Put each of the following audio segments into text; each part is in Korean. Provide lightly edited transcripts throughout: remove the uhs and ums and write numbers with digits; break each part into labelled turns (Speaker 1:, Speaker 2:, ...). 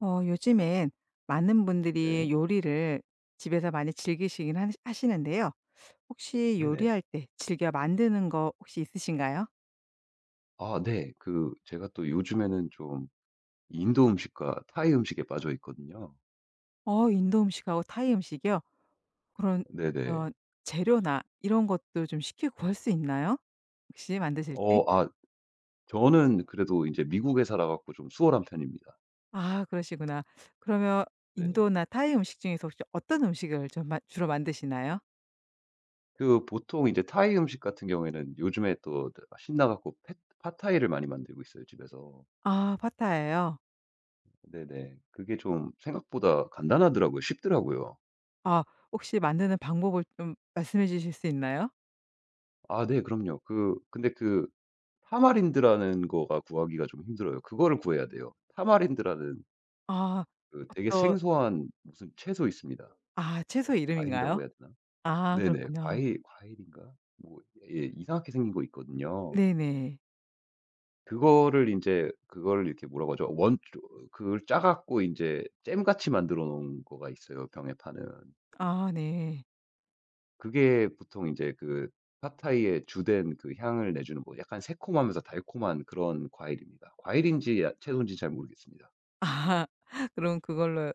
Speaker 1: 요즘엔 많은 분들이
Speaker 2: 네.
Speaker 1: 요리를 집에서 많이 즐기시긴 하시는데요. 혹시
Speaker 2: 네네.
Speaker 1: 요리할 때 즐겨 만드는 거 혹시 있으신가요?
Speaker 2: 아, 네. 제가 또 요즘에는 좀 인도 음식과 타이 음식에 빠져 있거든요.
Speaker 1: 어, 인도 음식하고 타이 음식이요? 그런
Speaker 2: 네네.
Speaker 1: 어떤 재료나 이런 것도 좀 쉽게 구할 수 있나요? 혹시 만드실 때?
Speaker 2: 어 아 저는 그래도 이제 미국에 살아 갖고 좀 수월한 편입니다.
Speaker 1: 아, 그러시구나. 그러면
Speaker 2: 네.
Speaker 1: 인도나 타이 음식 중에서 혹시 어떤 음식을 좀 마 주로 만드시나요?
Speaker 2: 보통 이제 타이 음식 같은 경우에는 요즘에 또 신나 갖고 파 팟타이를 많이 만들고 있어요, 집에서.
Speaker 1: 아, 파타예요?
Speaker 2: 네네. 그게 좀 생각보다 간단하더라고요. 쉽더라고요.
Speaker 1: 아, 혹시 만드는 방법을 좀 말씀해 주실 수 있나요?
Speaker 2: 아, 네, 그럼요. 근데 타마린드라는 거가 구하기가 좀 힘들어요. 그거를 구해야 돼요. 타마린드라는,
Speaker 1: 아,
Speaker 2: 되게
Speaker 1: 어떤.
Speaker 2: 생소한 무슨 채소 있습니다.
Speaker 1: 아, 채소 이름인가요?
Speaker 2: 과일이라고 해야 되나?
Speaker 1: 아,
Speaker 2: 네네.
Speaker 1: 그렇군요.
Speaker 2: 과일인가? 뭐, 예, 이상하게 생긴 거 있거든요.
Speaker 1: 네네.
Speaker 2: 그거를 이제 그걸 이렇게 뭐라고 하죠? 원 그걸 짜 갖고 이제 잼같이 만들어 놓은 거가 있어요, 병에 파는.
Speaker 1: 아 네.
Speaker 2: 그게 보통 이제 팟타이의 주된 향을 내주는, 뭐 약간 새콤하면서 달콤한 그런 과일입니다. 과일인지 채소인지 잘 모르겠습니다.
Speaker 1: 아 그럼 그걸로.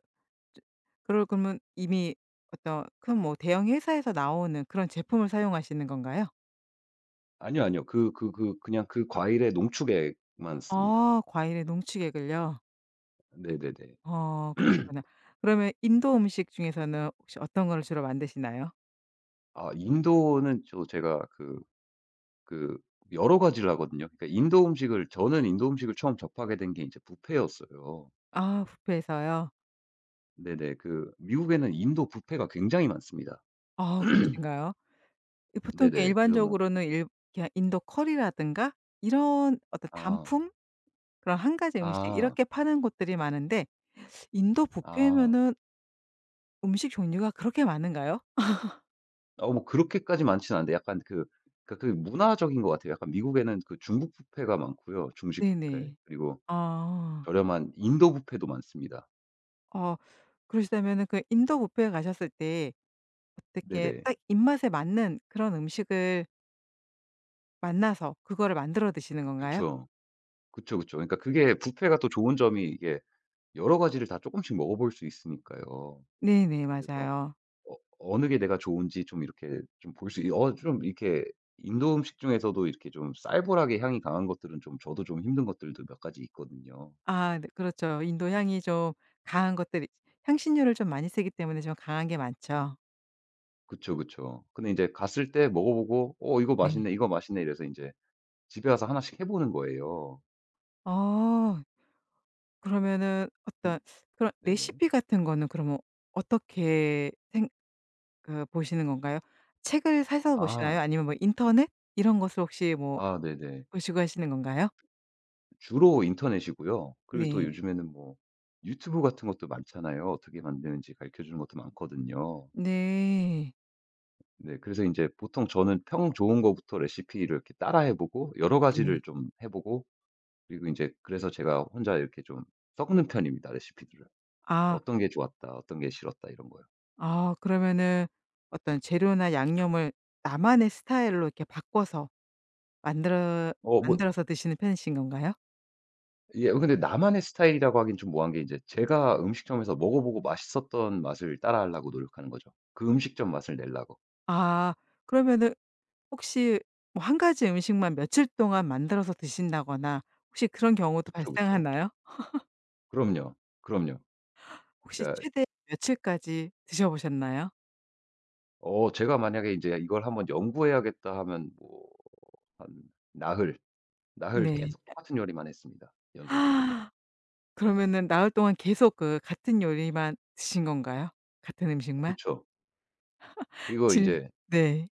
Speaker 1: 그러면 이미 어떤 큰 뭐 대형 회사에서 나오는 그런 제품을 사용하시는 건가요?
Speaker 2: 아니요, 아니요. 그냥 과일의 농축액만 씁니다.
Speaker 1: 아, 과일의 농축액을요?
Speaker 2: 네네네.
Speaker 1: 어, 그러시구나. 그러면 인도 음식 중에서는 혹시 어떤 걸 주로 만드시나요?
Speaker 2: 아, 인도는, 제가 그 여러 가지를 하거든요. 그러니까 인도 음식을 저는 인도 음식을 처음 접하게 된 게 이제 뷔페였어요.
Speaker 1: 아, 뷔페에서요?
Speaker 2: 네네. 미국에는 인도 뷔페가 굉장히 많습니다.
Speaker 1: 아, 그러신가요? 이 보통 이렇게
Speaker 2: 네네. 그래서, 뭐.
Speaker 1: 일반적으로는 일, 그냥 인도 커리라든가 이런 어떤
Speaker 2: 아
Speaker 1: 단품? 그런 한 가지 음식
Speaker 2: 아
Speaker 1: 이렇게 파는 곳들이 많은데 인도
Speaker 2: 아.
Speaker 1: 뷔페면은 음식 종류가 그렇게 많은가요?
Speaker 2: 뭐, 그렇게까지 많지는 않은데, 약간 그러니까 문화적인 것 같아요. 약간 미국에는 중국 뷔페가 많고요. 중식 뷔페.
Speaker 1: 네네.
Speaker 2: 그리고
Speaker 1: 아.
Speaker 2: 저렴한 인도 뷔페도 많습니다.
Speaker 1: 어, 그러시다면은 그 인도 뷔페에 가셨을 때 어떻게
Speaker 2: 네네.
Speaker 1: 딱 입맛에 맞는 그런 음식을 만나서 그거를 만들어 드시는 건가요?
Speaker 2: 그쵸. 그쵸, 그쵸. 그러니까 그게 뷔페가 또 좋은 점이, 이게 여러 가지를 다 조금씩 먹어볼 수 있으니까요.
Speaker 1: 네네,
Speaker 2: 그래서
Speaker 1: 맞아요.
Speaker 2: 어느 게 내가 좋은지 좀 이렇게 좀 볼 수 있 어 좀 이렇게 인도 음식 중에서도 이렇게 좀 쌀벌하게 향이 강한 것들은 좀 저도 좀 힘든 것들도 몇 가지 있거든요.
Speaker 1: 아 네, 그렇죠. 인도 향이 좀 강한 것들이 향신료를 좀 많이 쓰기 때문에 좀 강한 게 많죠.
Speaker 2: 그쵸, 그쵸. 근데 이제 갔을 때 먹어보고 '어 이거
Speaker 1: 네.
Speaker 2: 맛있네. 이거 맛있네.' 이래서 이제 집에 와서 하나씩 해 보는 거예요.
Speaker 1: 어. 그러면은
Speaker 2: 음.
Speaker 1: 어떤 그런
Speaker 2: 네네.
Speaker 1: 레시피 같은 거는 그러면 어떻게 생, 그 보시는 건가요? 책을 사서
Speaker 2: 아.
Speaker 1: 보시나요? 아니면 뭐 인터넷 이런 것을 혹시 뭐
Speaker 2: 아, 네네.
Speaker 1: 보시고 하시는 건가요?
Speaker 2: 주로 인터넷이고요. 그리고 또
Speaker 1: 네.
Speaker 2: 요즘에는 뭐 유튜브 같은 것도 많잖아요. 어떻게 만드는지 가르쳐 주는 것도 많거든요.
Speaker 1: 네.
Speaker 2: 네. 그래서 이제 보통 저는 평 좋은 거부터 레시피를 이렇게 따라해 보고 여러
Speaker 1: 네.
Speaker 2: 가지를 좀 해 보고, 그리고 이제, 그래서 제가 혼자 이렇게 좀 섞는 편입니다, 레시피들을.
Speaker 1: 아.
Speaker 2: 어떤 게 좋았다, 어떤 게 싫었다 이런 거요.
Speaker 1: 아, 그러면은 어떤 재료나 양념을 나만의 스타일로 이렇게 바꿔서 만들어
Speaker 2: 뭐,
Speaker 1: 만들어서 드시는 편이신 건가요?
Speaker 2: 예, 근데 나만의 스타일이라고 하긴 좀 뭐한 게, 이제 제가 음식점에서 먹어 보고 맛있었던 맛을 따라하려고 노력하는 거죠. 그 음식점 맛을 내려고.
Speaker 1: 아, 그러면은 혹시 뭐 한 가지 음식만 며칠 동안 만들어서 드신다거나 혹시 그런 경우도
Speaker 2: 그쵸, 그쵸.
Speaker 1: 발생하나요?
Speaker 2: 그럼요. 그럼요.
Speaker 1: 혹시
Speaker 2: 그러니까
Speaker 1: 최대 며칠까지 드셔보셨나요?
Speaker 2: 제가 만약에 이제 '이걸 한번 연구해야겠다.' 하면, 뭐, 한 나흘 나흘
Speaker 1: 네.
Speaker 2: 계속 똑같은 요리만 했습니다, 연속으로.
Speaker 1: 아, 그러면은 나흘 동안 계속 그 같은 요리만 드신 건가요? 같은 음식만?
Speaker 2: 그쵸. 그리고
Speaker 1: 질.
Speaker 2: 인제
Speaker 1: 네.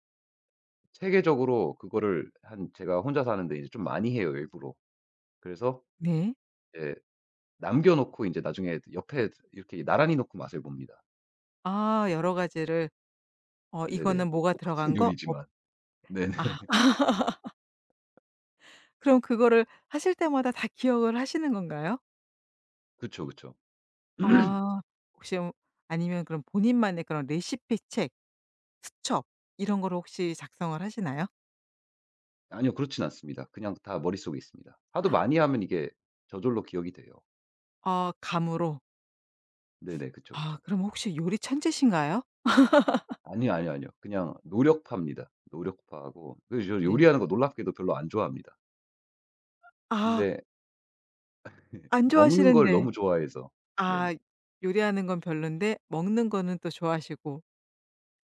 Speaker 2: 체계적으로 그거를 한 제가 혼자 사는데 이제 좀 많이 해요, 일부러. 그래서,
Speaker 1: 네.
Speaker 2: 예, 남겨 놓고 인제 나중에 옆에 이렇게 나란히 놓고 맛을 봅니다.
Speaker 1: 아, 여러 가지를 어,
Speaker 2: 네네.
Speaker 1: 이거는 뭐가 들어간
Speaker 2: 똑같은
Speaker 1: 거.
Speaker 2: 요리지만.
Speaker 1: 어,
Speaker 2: 네네.
Speaker 1: 아 그럼 그거를 하실 때마다 다 기억을 하시는 건가요?
Speaker 2: 그쵸, 그쵸.
Speaker 1: 아, 혹시 뭐 아니면 그럼 본인만의 그런 레시피 책, 수첩, 이런 거를 혹시 작성을 하시나요?
Speaker 2: 아니요. 그렇진 않습니다. 그냥 다 머릿속에 있습니다. 하도 많이 하면 이게 저절로 기억이 돼요.
Speaker 1: 아, 감으로.
Speaker 2: 네네. 그쵸,
Speaker 1: 아,
Speaker 2: 그쵸.
Speaker 1: 그럼 혹시 요리 천재신가요?
Speaker 2: 아니요, 아니요, 아니요. 그냥 노력파입니다. 노력파고, 그래서 저
Speaker 1: 네.
Speaker 2: 요리하는 거 놀랍게도 별로 안 좋아합니다.
Speaker 1: 아.
Speaker 2: 근데
Speaker 1: 안
Speaker 2: 먹는 걸
Speaker 1: 좋아하시는데.
Speaker 2: 너무 좋아해서. 네네.
Speaker 1: 아, 요리하는 건 별론데 먹는 거는 또 좋아하시고.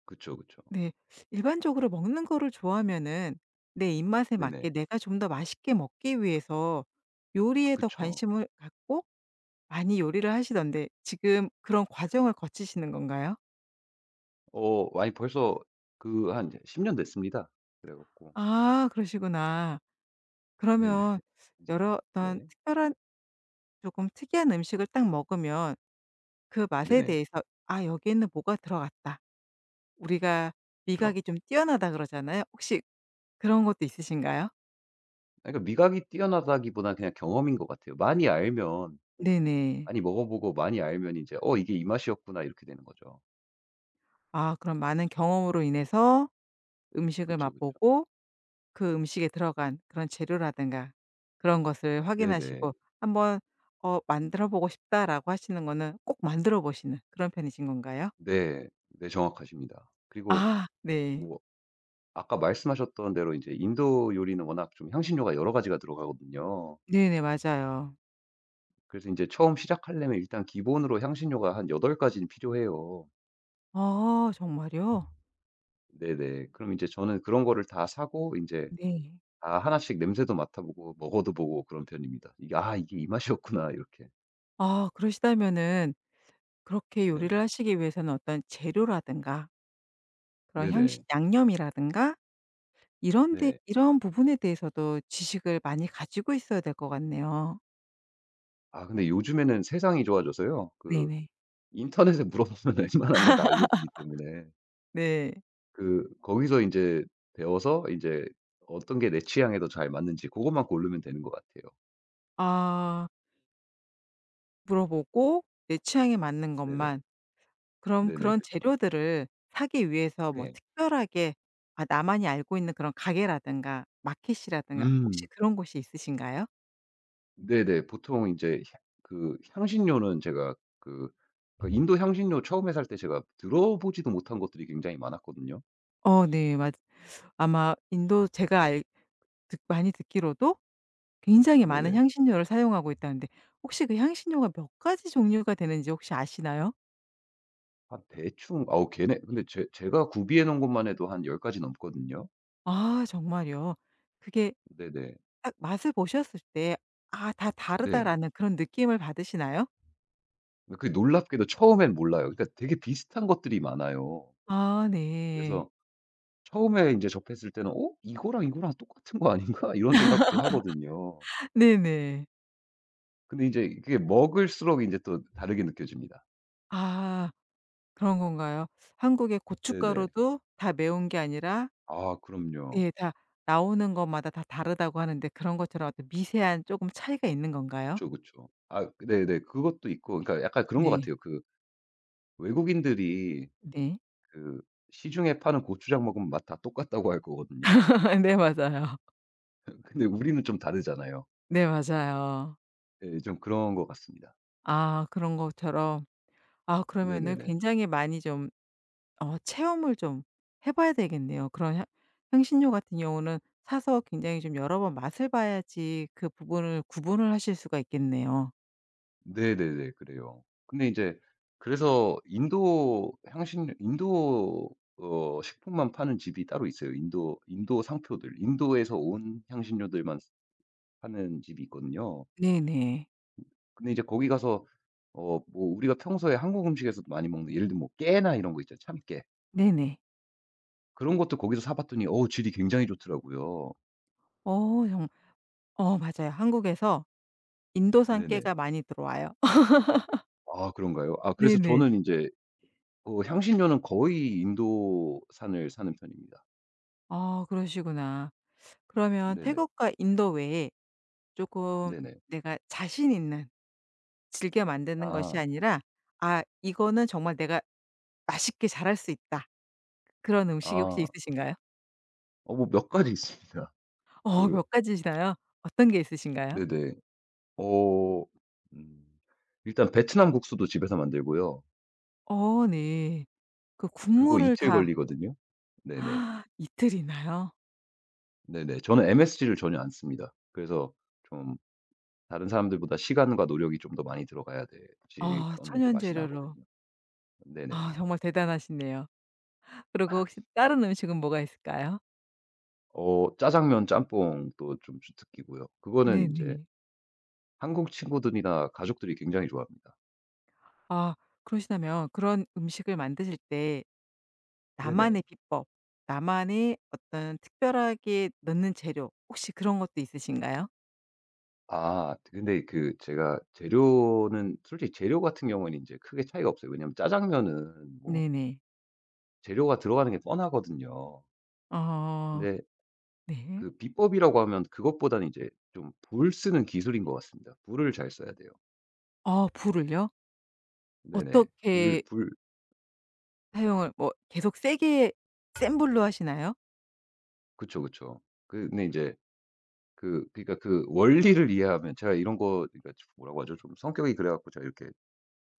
Speaker 2: 그쵸, 그쵸.
Speaker 1: 네. 일반적으로 먹는 거를 좋아하면은 내 입맛에 맞게
Speaker 2: 네네.
Speaker 1: 내가 좀 더 맛있게 먹기 위해서 요리에 더
Speaker 2: 그쵸.
Speaker 1: 관심을 갖고 많이 요리를 하시던데 지금 그런 과정을 거치시는 건가요?
Speaker 2: 아니, 벌써 그 한십10년 됐습니다. 그래 갖고.
Speaker 1: 아, 그러시구나.
Speaker 2: 네네.
Speaker 1: 그러면
Speaker 2: 이제.
Speaker 1: 여러 어떤
Speaker 2: 네.
Speaker 1: 특별한, 조금 특이한 음식을 딱 먹으면 그 맛에
Speaker 2: 네네.
Speaker 1: 대해서 '아, 여기에는 뭐가 들어갔다.' 우리가
Speaker 2: 그쵸.
Speaker 1: 미각이 좀 뛰어나다 그러잖아요. 혹시 그런 것도 있으신가요?
Speaker 2: 아, 그러니까 미각이 뛰어나다기보다는 그냥 경험인 것 같아요.
Speaker 1: 네네.
Speaker 2: 많이 먹어 보고 많이 알면 이제 '어 이게 이 맛이었구나.' 이렇게 되는 거죠.
Speaker 1: 아, 그럼 많은 경험으로 인해서 음식을
Speaker 2: 그쵸, 그쵸.
Speaker 1: 맛보고 그 음식에 들어간 그런 재료라든가 그런 것을 확인하시고
Speaker 2: 네네.
Speaker 1: 한번 어 '만들어 보고 싶다.'라고 하시는 거는 꼭 만들어 보시는 그런 편이신 건가요?
Speaker 2: 네. 네, 정확하십니다. 그리고,
Speaker 1: 아 네.
Speaker 2: 뭐, 아까 말씀하셨던 대로 이제 인도 요리는 워낙 좀 향신료가 여러 가지가 들어가거든요.
Speaker 1: 네네, 맞아요.
Speaker 2: 그래서 인제 처음 시작하려면 일단 기본으로 향신료가 한 8 가지는 필요해요.
Speaker 1: 아, 정말요?
Speaker 2: 네네. 그럼 인제 저는 그런 거를 다 사고 인제
Speaker 1: 네.
Speaker 2: 다 하나씩 냄새도 맡아보고 먹어도 보고 그런 편입니다. 이게 '아 이게 이 맛이었구나.' 이렇게.
Speaker 1: 아, 그러시다면은 그렇게 요리를
Speaker 2: 네네.
Speaker 1: 하시기 위해서는 어떤 재료라든가 그런
Speaker 2: 네네.
Speaker 1: 향신 양념이라든가 이런 데,
Speaker 2: 네.
Speaker 1: 이런 부분에 대해서도 지식을 많이 가지고 있어야 될 것 같네요.
Speaker 2: 아, 근데 요즘에는 세상이 좋아져서요.
Speaker 1: 네네.
Speaker 2: 인터넷에 물어보면 웬만한 건 다 알려주기 때문에,
Speaker 1: 네.
Speaker 2: 거기서 인제 배워서, 인제 어떤 게 내 취향에 더 잘 맞는지 고것만 고르면 되는 것 같아요.
Speaker 1: 아, 물어보고 내 취향에 맞는
Speaker 2: 네네.
Speaker 1: 것만. 그럼
Speaker 2: 네네.
Speaker 1: 그런
Speaker 2: 그쵸.
Speaker 1: 재료들을 사기 위해서 뭐
Speaker 2: 네.
Speaker 1: 특별하게 아, 나만이 알고 있는 그런 가게라든가 마켓이라든가 혹시
Speaker 2: 음.
Speaker 1: 그런 곳이 있으신가요?
Speaker 2: 네네. 보통 이제, 향 그 향신료는, 제가 인도 향신료 처음에 살 때 제가 들어보지도 못한 것들이 굉장히 많았거든요.
Speaker 1: 어 네, 맞, 아마 인도 제가 알 듣 많이 듣기로도 굉장히 많은
Speaker 2: 네네.
Speaker 1: 향신료를 사용하고 있다는데 혹시 그 향신료가 몇 가지 종류가 되는지 혹시 아시나요?
Speaker 2: 한 대충, 아우 걔네 근데 제 제가 구비해 놓은 것만 해도 한 10 가지 넘거든요.
Speaker 1: 아, 정말요? 그게
Speaker 2: 네네.
Speaker 1: 딱 맛을 보셨을 때 '아, 다
Speaker 2: 네.
Speaker 1: 다르다.'라는 그런 느낌을 받으시나요?
Speaker 2: 놀랍게도 처음엔 몰라요. 그러니까 되게 비슷한 것들이 많아요.
Speaker 1: 아 네.
Speaker 2: 그래서 처음에 이제 접했을 때는 '어? 이거랑 이거랑 똑같은 거 아닌가?' 이런 생각도 하거든요.
Speaker 1: 네네.
Speaker 2: 근데 이제 그게 먹을수록 이제 또 다르게 느껴집니다.
Speaker 1: 아, 그런 건가요? 한국의
Speaker 2: 네네.
Speaker 1: 고춧가루도 다 매운 게 아니라
Speaker 2: 아 그럼요.
Speaker 1: 예 다 나오는 것마다 다 다르다고 하는데 그런 것처럼 어떤 미세한 조금 차이가 있는 건가요?
Speaker 2: 그쵸, 그쵸. 아 네네. 그것도 있고, 그러니까 약간 그런 것
Speaker 1: 네.
Speaker 2: 같아요. 외국인들이
Speaker 1: 네.
Speaker 2: 그 시중에 파는 고추장 먹으면 맛 다 똑같다고 할 거거든요.
Speaker 1: 네, 맞아요.
Speaker 2: 근데 우리는 좀 다르잖아요.
Speaker 1: 네, 맞아요.
Speaker 2: 예, 좀 그런 것 같습니다.
Speaker 1: 아, 그런 것처럼. 아, 그러면은 네.
Speaker 2: 네네네.
Speaker 1: 굉장히 많이 좀 어 체험을 좀 해 봐야 되겠네요. 그런 향 향신료 같은 경우는 사서 굉장히 좀 여러 번 맛을 봐야지 그 부분을 구분을 하실 수가 있겠네요.
Speaker 2: 네네네. 그래요. 근데 이제, 그래서, 인도 향신 인도 어 식품만 파는 집이 따로 있어요. 인도 상표들, 인도에서 온 향신료들만 파는 집이 있거든요.
Speaker 1: 네네.
Speaker 2: 근데 이제 거기 가서, 뭐, 우리가 평소에 한국 음식에서도 많이 먹는, 예를 들면 뭐 깨나 이런 거 있잖아요, 참깨.
Speaker 1: 네네.
Speaker 2: 그런 것도 거기서 사 봤더니 어우 질이 굉장히 좋더라고요.
Speaker 1: 어 정 어 맞아요. 한국에서 인도산
Speaker 2: 네네.
Speaker 1: 깨가 많이 들어와요.
Speaker 2: 아, 그런가요? 아, 그래서
Speaker 1: 네네.
Speaker 2: 저는 인제, 향신료는 거의 인도산을 사는 편입니다.
Speaker 1: 아, 그러시구나. 그러면
Speaker 2: 네네.
Speaker 1: 태국과 인도 외에 조금
Speaker 2: 네네.
Speaker 1: 내가 자신 있는 즐겨 만드는 것이
Speaker 2: 아.
Speaker 1: 아니라 '아, 이거는 정말 내가 맛있게 잘할 수 있다.' 그런 음식이 혹시
Speaker 2: 아.
Speaker 1: 있으신가요?
Speaker 2: 뭐, 몇 가지 있습니다.
Speaker 1: 어,
Speaker 2: 그
Speaker 1: 몇 가지시나요? 어떤 게 있으신가요?
Speaker 2: 네네. 어 음 일단 베트남 국수도 집에서 만들고요.
Speaker 1: 어 네. 그
Speaker 2: 그거
Speaker 1: 국물을
Speaker 2: 이틀
Speaker 1: 다.
Speaker 2: 걸리거든요. 네네.
Speaker 1: 이틀이나요?
Speaker 2: 네네. 저는 MSG를 전혀 안 씁니다. 그래서 좀 다른 사람들보다 시간과 노력이 좀 더 많이 들어가야 돼야지
Speaker 1: 아,
Speaker 2: 어느 정도
Speaker 1: 천연
Speaker 2: 맛이
Speaker 1: 재료로.
Speaker 2: 나거든요. 네네네.
Speaker 1: 아, 정말 대단하시네요. 그리고 혹시 다른 음식은 뭐가 있을까요?
Speaker 2: 짜장면, 짬뽕도 좀 주특기고요. 그거는 이제
Speaker 1: 네네.
Speaker 2: 한국 친구들이나 가족들이 굉장히 좋아합니다.
Speaker 1: 아, 그러시다면 그런 음식을 만드실 때
Speaker 2: 네네.
Speaker 1: 나만의 비법, 나만의 어떤 특별하게 넣는 재료 혹시 그런 것도 있으신가요?
Speaker 2: 아, 근데 그 제가 재료는 솔직히 재료 같은 경우는 이제 크게 차이가 없어요. 왜냐하면 짜장면은 뭐
Speaker 1: 네네.
Speaker 2: 재료가 들어가는 게 뻔하거든요.
Speaker 1: 어
Speaker 2: 근데
Speaker 1: 네.
Speaker 2: 비법이라고 하면 그것보다는 이제 좀 불 쓰는 기술인 것 같습니다. 불을 잘 써야 돼요.
Speaker 1: 아, 불을요?
Speaker 2: 네네.
Speaker 1: 어떻게
Speaker 2: 불불
Speaker 1: 사용을 뭐 계속 세게 센 불로 하시나요?
Speaker 2: 그쵸, 그쵸. 근데 이제, 그러니까 원리를 이해하면 제가 이런 거, 그러니까 뭐라고 하죠? 좀 성격이 그래 갖고 제가 이렇게,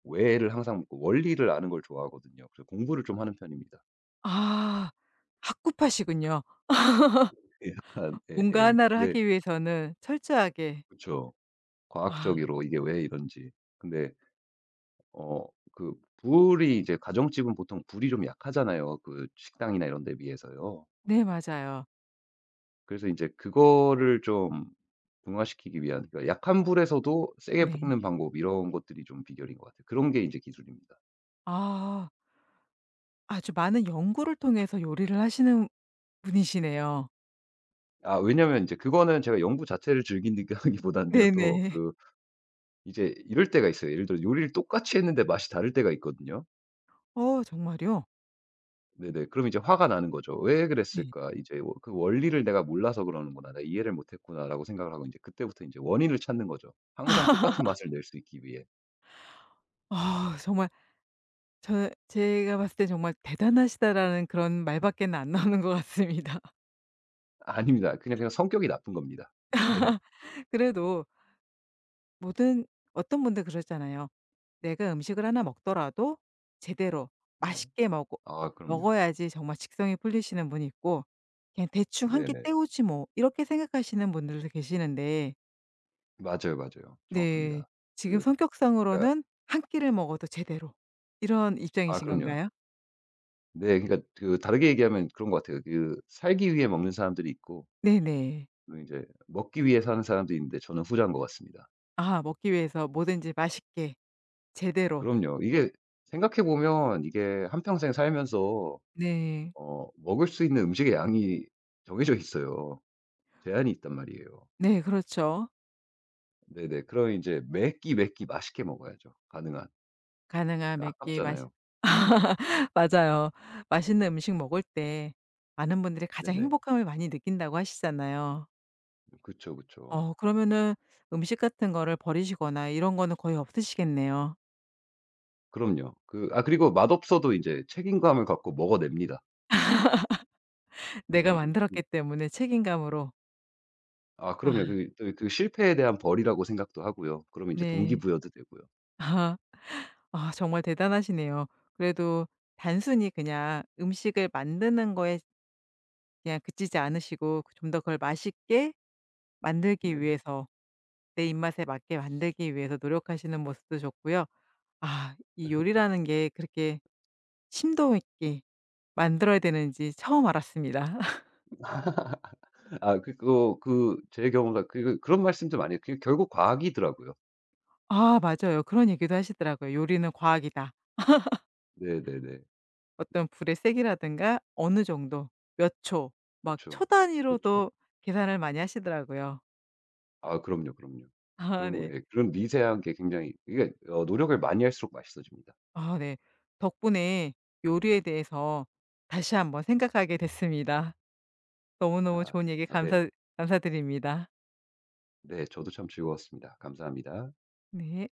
Speaker 2: 외를 항상 뭐 원리를 아는 걸 좋아하거든요. 그래서 공부를 좀 하는 편입니다.
Speaker 1: 아. 학구파시군요.
Speaker 2: 예, 약간,
Speaker 1: 뭔가
Speaker 2: 예예.
Speaker 1: 하나를
Speaker 2: 근데.
Speaker 1: 하기 위해서는 철저하게.
Speaker 2: 그쵸.
Speaker 1: 아
Speaker 2: 과학적으로 이게 왜 이런지. 근데 어 불이 이제, 가정집은 보통 불이 좀 약하잖아요, 식당이나 이런 데 비해서요.
Speaker 1: 네, 맞아요.
Speaker 2: 그래서 이제 그거를 좀 중화시키기 위한, 그러니까 약한 불에서도 세게
Speaker 1: 네.
Speaker 2: 볶는 방법, 이런 것들이 좀 비결인 것 같아요. 그런 게 이제 기술입니다.
Speaker 1: 아, 아주 많은 연구를 통해서 요리를 하시는 분이시네요.
Speaker 2: 아, 왜냐면 이제 그거는 제가 연구 자체를 즐긴다기보다는요, 또
Speaker 1: 네네.
Speaker 2: 이제 이럴 때가 있어요. 예를 들어 요리를 똑같이 했는데 맛이 다를 때가 있거든요.
Speaker 1: 어, 정말요?
Speaker 2: 네네. 그럼 이제 화가 나는 거죠. '왜
Speaker 1: 네.
Speaker 2: 그랬을까? 이제, 워 그 원리를 내가 몰라서 그러는구나. 내가 이해를 못 했구나.'라고 생각을 하고 이제 그때부터 이제 원인을 찾는 거죠. 항상 똑같은 맛을 낼 수 있기 위해.
Speaker 1: 아, 정말, 저 제가 봤을 때 정말 "대단하시다."라는 그런 말밖에는 안 나오는 것 같습니다.
Speaker 2: 아닙니다. 그냥, 그냥 성격이 나쁜 겁니다.
Speaker 1: 그래도 모든 어떤 분들 그러잖아요. "내가 음식을 하나 먹더라도 제대로
Speaker 2: 네네.
Speaker 1: 맛있게 먹어
Speaker 2: 아 그럼요.
Speaker 1: 먹어야지 정말 직성이 풀리시는 분이 있고 그냥 대충 한 끼
Speaker 2: 네네.
Speaker 1: 때우지 뭐." 이렇게 생각하시는 분들도 계시는데
Speaker 2: 맞아요, 맞아요.
Speaker 1: 네
Speaker 2: 정확합니다.
Speaker 1: 지금
Speaker 2: 그 그러니까.
Speaker 1: 성격상으로는 한 끼를 먹어도 제대로 이런
Speaker 2: 아
Speaker 1: 입장이신
Speaker 2: 그럼요.
Speaker 1: 건가요?
Speaker 2: 네, 그러니까 다르게 얘기하면 그런 것 같아요. 살기 위해 먹는 사람들이 있고,
Speaker 1: 네네.
Speaker 2: 그리고 제 먹기 위해 사는 사람들이 있는데, 저는 후자인 것 같습니다.
Speaker 1: 아, 먹기 위해서 뭐든지 맛있게 제대로.
Speaker 2: 그럼요. 이게 생각해 보면 이게 한평생 살면서,
Speaker 1: 네.
Speaker 2: 먹을 수 있는 음식의 양이 정해져 있어요. 제한이 있단 말이에요.
Speaker 1: 네, 그렇죠.
Speaker 2: 네네. 그럼 이제 매 끼, 매끼 맛있게 먹어야죠, 가능한.
Speaker 1: 가능한 몇 끼 맛있.
Speaker 2: 아깝잖아요.
Speaker 1: 맞아요. 맛있는 음식 먹을 때 많은 분들이 가장
Speaker 2: 네네.
Speaker 1: 행복함을 많이 느낀다고 하시잖아요.
Speaker 2: 그쵸, 그쵸.
Speaker 1: 어, 그러면은 음식 같은 거를 버리시거나 이런 거는 거의 없으시겠네요.
Speaker 2: 그럼요. 그리고 맛없어도 이제 책임감을 갖고 먹어냅니다.
Speaker 1: 내가 만들었기 때문에 책임감으로.
Speaker 2: 아 그럼요.
Speaker 1: 아
Speaker 2: 또 실패에 대한 벌이라고 생각도 하고요. 그러면 이제
Speaker 1: 네.
Speaker 2: 동기부여도 되고요.
Speaker 1: 아, 정말 대단하시네요. 그래도 단순히 그냥 음식을 만드는 거에 그냥 그치지 않으시고 그 좀 더 그걸 맛있게 만들기
Speaker 2: 네네.
Speaker 1: 위해서 내 입맛에 맞게 만들기 위해서 노력하시는 모습도 좋고요. 아, 이 요리라는 게 그렇게 심도 있게 만들어야 되는지 처음 알았습니다.
Speaker 2: 아, 그리고 제 경우가 그런 말씀도 많이 해요. 그게 결국 과학이더라고요.
Speaker 1: 아, 맞아요. 그런 얘기도 하시더라고요. "요리는 과학이다."
Speaker 2: 네네네.
Speaker 1: 어떤 불의 세기라든가 어느 정도 몇 초, 막 초
Speaker 2: 그쵸. 그쵸.
Speaker 1: 단위로도 계산을 많이 하시더라고요.
Speaker 2: 아 그럼요, 그럼요.
Speaker 1: 아
Speaker 2: 그런,
Speaker 1: 네.
Speaker 2: 예, 그런 미세한 게 굉장히, 이게 어 노력을 많이 할수록 맛있어집니다.
Speaker 1: 아 네. 덕분에 요리에 대해서 다시 한번 생각하게 됐습니다. 너무너무
Speaker 2: 아
Speaker 1: 좋은 얘기
Speaker 2: 네.
Speaker 1: 감사드립니다.
Speaker 2: 네, 저도 참 즐거웠습니다. 감사합니다.
Speaker 1: 네.